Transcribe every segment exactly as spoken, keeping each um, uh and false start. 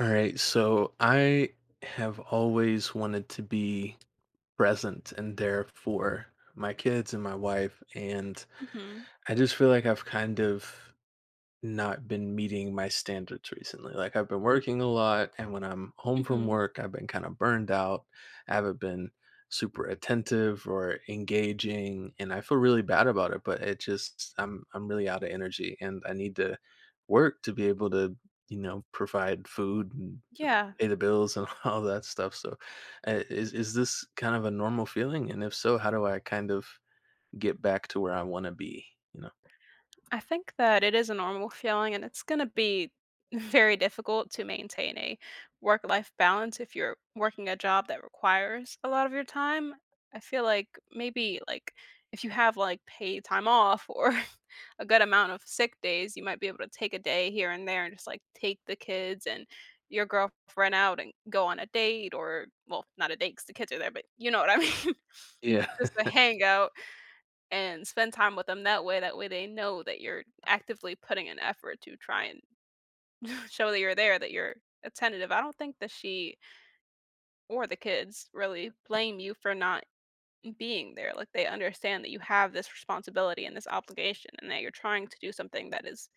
All right, so I have always wanted to be present and there for my kids and my wife, and Mhm, I just feel like I've kind of not been meeting my standards recently. Like I've been working a lot, and when I'm home from mhm. work, I've been kind of burned out. I haven't been super attentive or engaging, and I feel really bad about it. But it just I'm I'm really out of energy, and I need to work to be able to you know provide food and to Yeah, pay the bills and all that stuff. So, uh, is is this kind of a normal feeling? And if so, how do I kind of get back to where I want to be? You know? I think that it is a normal feeling, and it's gonna be very difficult to maintain a work-life balance if you're working a job that requires a lot of your time. I feel like maybe, like, if you have, like, paid time off or a good amount of sick days, you might be able to take a day here and there and just, like, take the kids and your girlfriend out and go on a date or well, not a date 'cause the kids are there, but you know what I mean? Yeah. Just a hangout and spend time with them that way. That way they know that you're actively putting an effort to try and show that you're there, that you're attentive. I don't think that she or the kids really blame you for not being there. Like they understand that you have this responsibility and this obligation and that you're trying to do something that is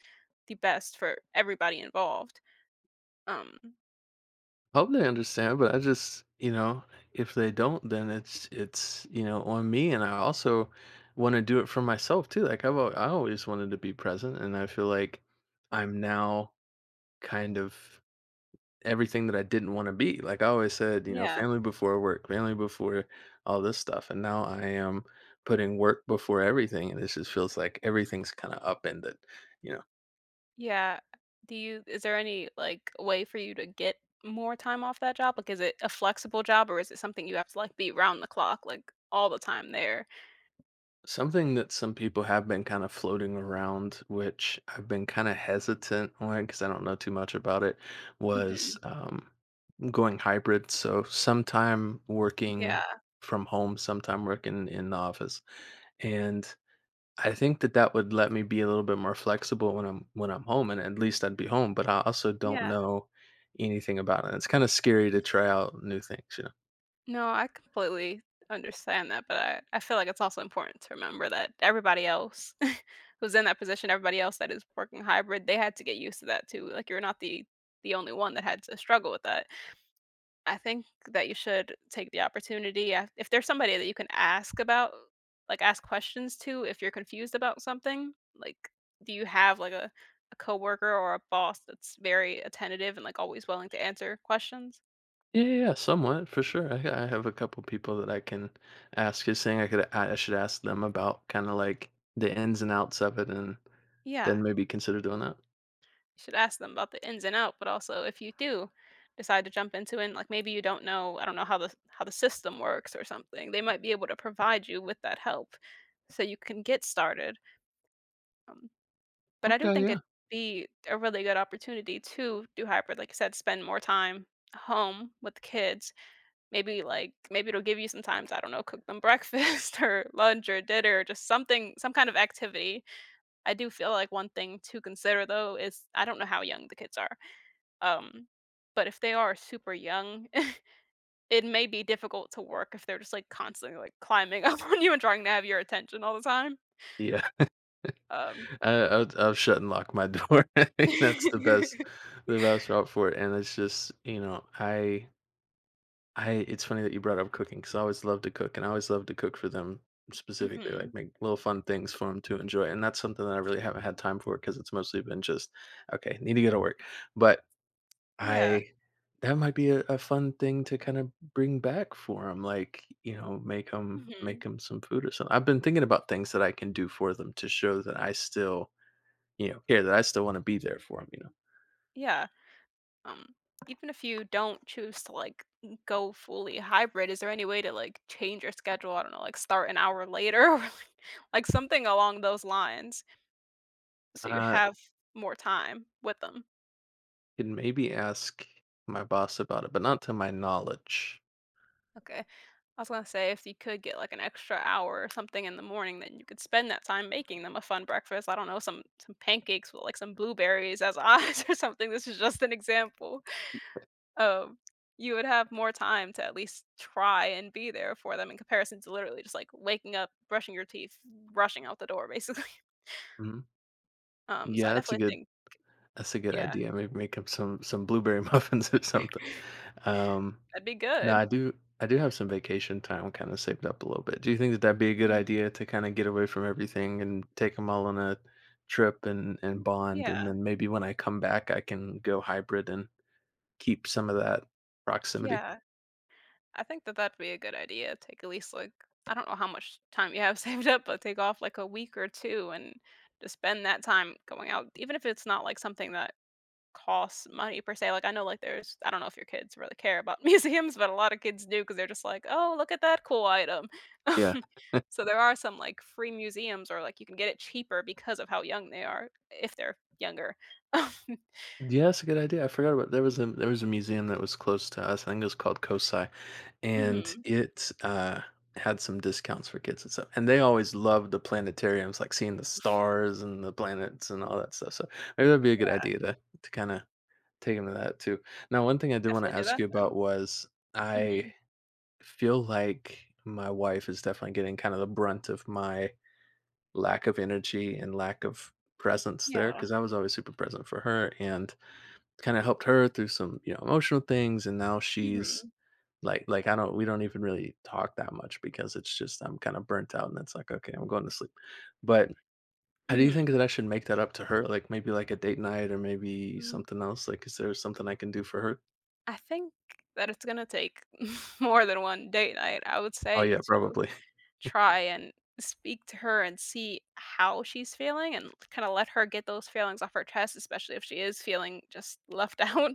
the best for everybody involved. Um Hope they understand, but I just, you know, if they don't, then it's it's you know on me, and I also want to do it for myself too. Like I've al- I always wanted to be present, and I feel like I'm now kind of everything that I didn't want to be. Like I always said, you know, yeah. family before work, family before all this stuff, and now I am putting work before everything, and this just feels like everything's kind of upended. You know. Yeah. Do you Is there any, like, way for you to get more time off that job? Like, is it a flexible job, or is it something you have to, like, be round the clock, like, all the time there? Something that some people have been kind of floating around, which I've been kind of hesitant on because I don't know too much about it, was Mhm. um, going hybrid. So sometime working Yeah. from home, sometime working in the office, and I think that that would let me be a little bit more flexible when I'm when I'm home, and at least I'd be home. But I also don't Yeah. know anything about it. It's kind of scary to try out new things, you know. No, I completely understand that, but I I feel like it's also important to remember that everybody else who's in that position, everybody else that is working hybrid, they had to get used to that too. Like, you're not the the only one that had to struggle with that. I think that you should take the opportunity af- if there's somebody that you can ask about, like ask questions to if you're confused about something. Like, do you have like a, a coworker or a boss that's very attentive and like always willing to answer questions? Yeah, yeah, yeah, somewhat for sure. I, I have a couple people that I can ask. Is saying I could I, I should ask them about kind of like the ins and outs of it, and Yeah, you then maybe consider doing that. should ask them about the ins and out. But also, if you do decide to jump into it, like maybe you don't know, I don't know how the how the system works or something, they might be able to provide you with that help, so you can get started. Um, But I do Okay, think yeah, it'd be a really good opportunity to do hybrid, like I said, spend more time home with the kids. Maybe like maybe it'll give you some times, I don't know, cook them breakfast or lunch or dinner, just something some kind of activity. I do feel like one thing to consider though is I don't know how young the kids are. Um but if they are super young, it may be difficult to work if they're just like constantly like climbing up on you and trying to have your attention all the time. yeah. Um I, I'll, I'll shut and lock my door. I think that's the best, the best route for it. And it's just you know I I it's funny that you brought up cooking because I always love to cook and I always love to cook for them specifically, Mhm. like make little fun things for them to enjoy. And that's something that I really haven't had time for because it's mostly been just okay, need to go to work, but Yeah. I that might be a, a fun thing to kind of bring back for them, like you know, make them make Mhm. them some food or something. I've been thinking about things that I can do for them to show that I still, you know, care that I still want to be there for them. You know, Yeah. Um, Even if you don't choose to like go fully hybrid, is there any way to like change your schedule? I don't know, like start an hour later or like, like something along those lines so you uh, have more time with them. could maybe ask my boss about it, but not to my knowledge. Okay. I was gonna say if you could get like an extra hour or something in the morning, then you could spend that time making them a fun breakfast. I don't know, some some pancakes with like some blueberries as eyes or something. This is just an example. Um, you would have more time to at least try and be there for them in comparison to literally just, like, waking up, brushing your teeth, rushing out the door, basically. Mhm. Um, so I Yeah, that's a definitely good think, that's a good yeah, idea. Maybe make up some some blueberry muffins or something. Um, that'd be no, good. I do I do have some vacation time kind of saved up a little bit. Do you think that that'd be a good Mhm. idea to kind of get away from everything and take them all on a trip and and bond, and Yeah, then maybe when I come back, I can go hybrid and keep some of that proximity? yeah. I think that that'd be a good idea. Take at least, like I don't know how much time you have saved up, but take off, like, a week or two and just spend that time going out, even if it's not, like, something that costs money per se. Like I know like there's I don't know if your kids really care about museums, but a lot of kids do because they're just like, "Oh, look at that cool item." Yeah. So there are some like free museums or like you can get it cheaper because of how young they are, if they're younger. Yeah, that's a good idea. I forgot about there was a there was a museum that was close to us. I think it was called Kosai, and Mhm. it uh, had some discounts for kids and stuff. And they always loved the planetariums, like seeing the stars and the planets and all that stuff. So maybe that'd be a good idea to to kind of take them to that too. Now, one thing I did want Definitely to do ask that you then. about was I Mhm. feel like my wife is definitely getting kind of the brunt of my lack of energy and lack of presence there Yeah. because I was always super present for her and kind of helped her through some, you know, emotional things, and now she's Mhm. like like I don't we don't even really talk that much because it's just I'm kind of burnt out and it's like okay, I'm going to sleep. But how do you Mhm. think that I should make that up to her? Like maybe like a date night or maybe Mm, something else? Like is there something I can do for her? I think that it's gonna take more than one date night, I would Oh say, yeah, to probably. try and speak to her and see how she's feeling and kind of let her get those feelings off her chest, especially if she is feeling just left out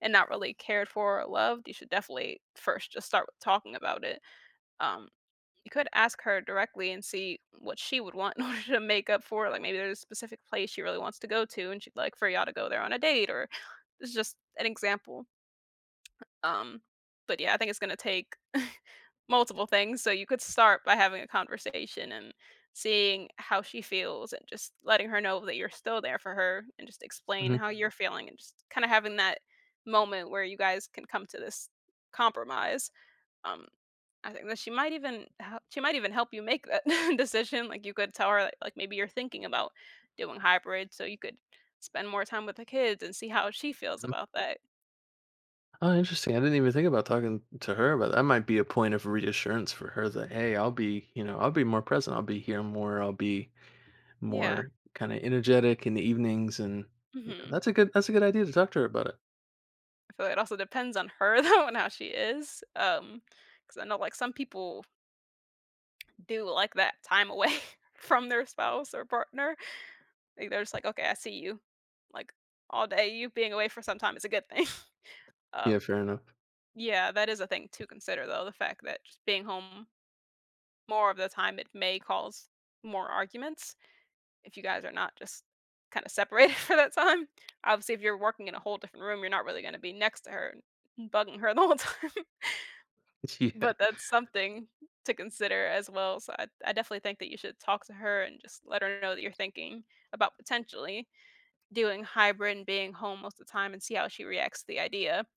and not really cared for or loved. You should definitely first just start with talking about it. Um, you could ask her directly and see what she would want in order to make up for it. Like maybe there's a specific place she really wants to go to and she'd like for y'all to go there on a date or it's just an example. Um, but yeah, I think it's gonna take multiple things. So you could start by having a conversation and seeing how she feels and just letting her know that you're still there for her and just explain Hmm. how you you're feeling and just kind of having that moment where you guys can come to this compromise. Um, I think that she might even hel- she might even help you make that decision. Like you could tell her like, like maybe you're thinking about doing hybrid, so you could spend more time with the kids and see how she feels about that. Oh, interesting. I didn't even think about talking to her, but that might be a point of reassurance for her that hey, I'll be, you know, I'll be more present. I'll be here more. I'll be Yeah. more kind of energetic in the evenings and you know, hmm that's a good that's a good idea to talk to her about it. I feel like it also depends on her though and how she is. Um, because I know, like, some people do like that time away from their spouse or partner. Like, they're just like, "Okay, I see you, like, all day. You being away for some time is a good thing." Um, Yeah, fair enough. yeah, that is a thing to consider though, the fact that just being home more of the time, it may cause more arguments if you guys are not just kinda separated for that time. Obviously, if you're working in a whole different room, you're not really gonna be next to her and bugging her the whole time. Yeah. But that's something to consider as well, so I I definitely think that you should talk to her and just let her know that you're thinking about potentially doing hybrid and being home most of the time and see how she reacts to the idea.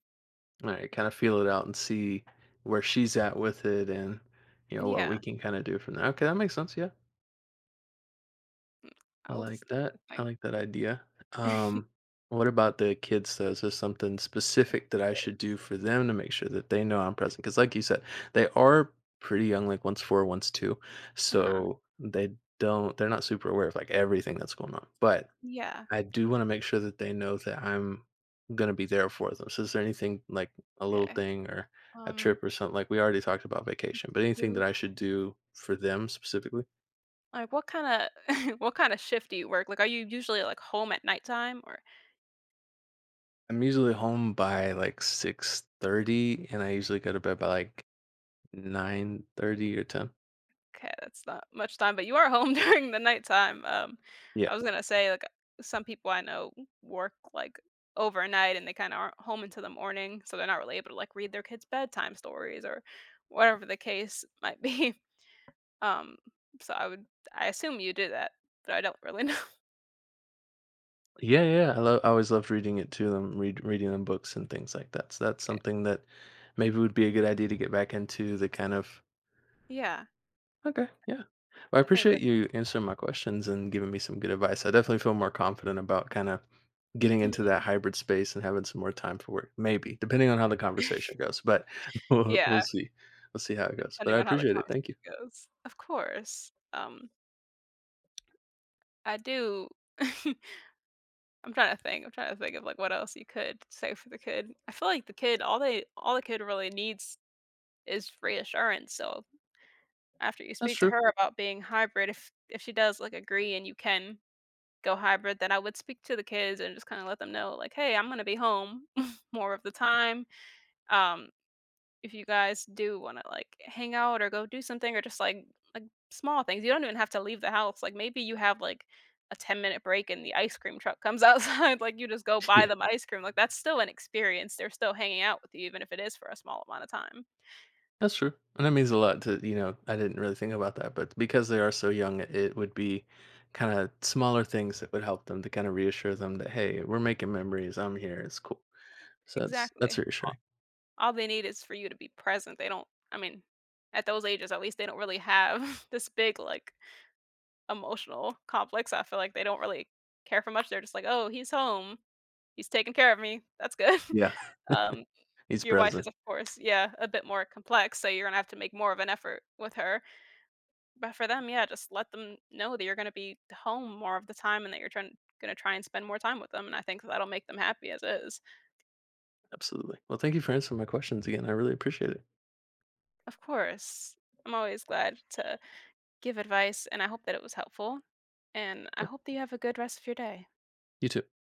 All right, kind of feel it out and see where she's at with it and you know what we Yeah, can kind of do from there. Okay, that makes sense. Yeah. I I was like that. I thinking like that idea. Um what about the kids though? Is there something specific that I should kids. do for them to make sure that they know I'm present? Because like you said, they are pretty young, like one's four, one's two. Uh-huh. So they don't they're not super aware of like everything that's going on. But Yeah, I do wanna make sure that they know that I'm gonna be there for them. So is there anything, like a little okay. thing or a Um, trip or something like, we already talked about vacation, but anything do that I should do for them specifically? Like, what kinda what kinda shift do you work? Like, are you usually, like, home at nighttime or I'm usually home by, like, six thirty, and I usually go to bed by, like, nine thirty or ten. okay, that's not much time, but you are home during the nighttime. Um, I Yeah. was gonna say like some people I know work like overnight and they kind of aren't home until the morning, so they're not really able to like read their kids' bedtime stories or whatever the case might be. Um, so I would I assume you do that, but I don't really know. Yeah, yeah, I love. I always loved reading it to them, read reading them books and things like that. So that's Okay. something that maybe would be a good idea to get back into the kind of. Yeah, Okay, yeah. Well, I I think appreciate that. you answering my questions and giving me some good advice. I definitely feel more confident about kind of getting into Mhm. that hybrid space and having some more time for work, maybe, depending on how the conversation goes. But we'll, Yeah, we'll see. We'll see how it goes. But depending I on how the appreciate it. Thank you. conversation goes, of course. Um, I do. I'm trying to think. I'm trying to think of like what else you could say for the kid. I feel like the kid, all they, all the kid really needs is reassurance. So after you That's speak to true. her about being hybrid, if if she does like agree and you can go hybrid, then I would speak to the kids and just kind of let them know like, hey, I'm gonna be home more of the time. Um, if you guys do wanna, like, hang out or go do something or just, like like, small things. You don't even have to leave the house, like, maybe you have, like, a ten-minute break and the ice cream truck comes outside, like, you just go buy Yeah, them ice cream, like, that's still an experience, they're still hanging out with you even if it is for a small amount of time. that's true. And that means a lot to, you know, I didn't really think about that. But because they are so young, it would be kind of smaller things that would help them to kind of reassure them that, hey, we're making memories. I'm here. It's cool. So that's, that's Exactly. A reassuring. all they need is for you to be present, they don't I mean, at those ages, at least, they don't really have this big, like, emotional complex, I feel like they don't really care for much, they're just like, "Oh, he's home." He's taking care of me. That's good. Yeah. Um, He's your wife present. is, of course, yeah, a bit more complex, so you're gonna have to make more of an effort with her. But for them, yeah, just let them know that you're gonna be home more of the time and that you're trying gonna try and spend more time with them, and I think that'll make them happy as is. Absolutely. Well, thank you for answering my questions again. I really appreciate it. Of course. I'm always glad to give advice, and I hope that it was helpful, and I Yeah. hope that you have a good rest of your day. You too.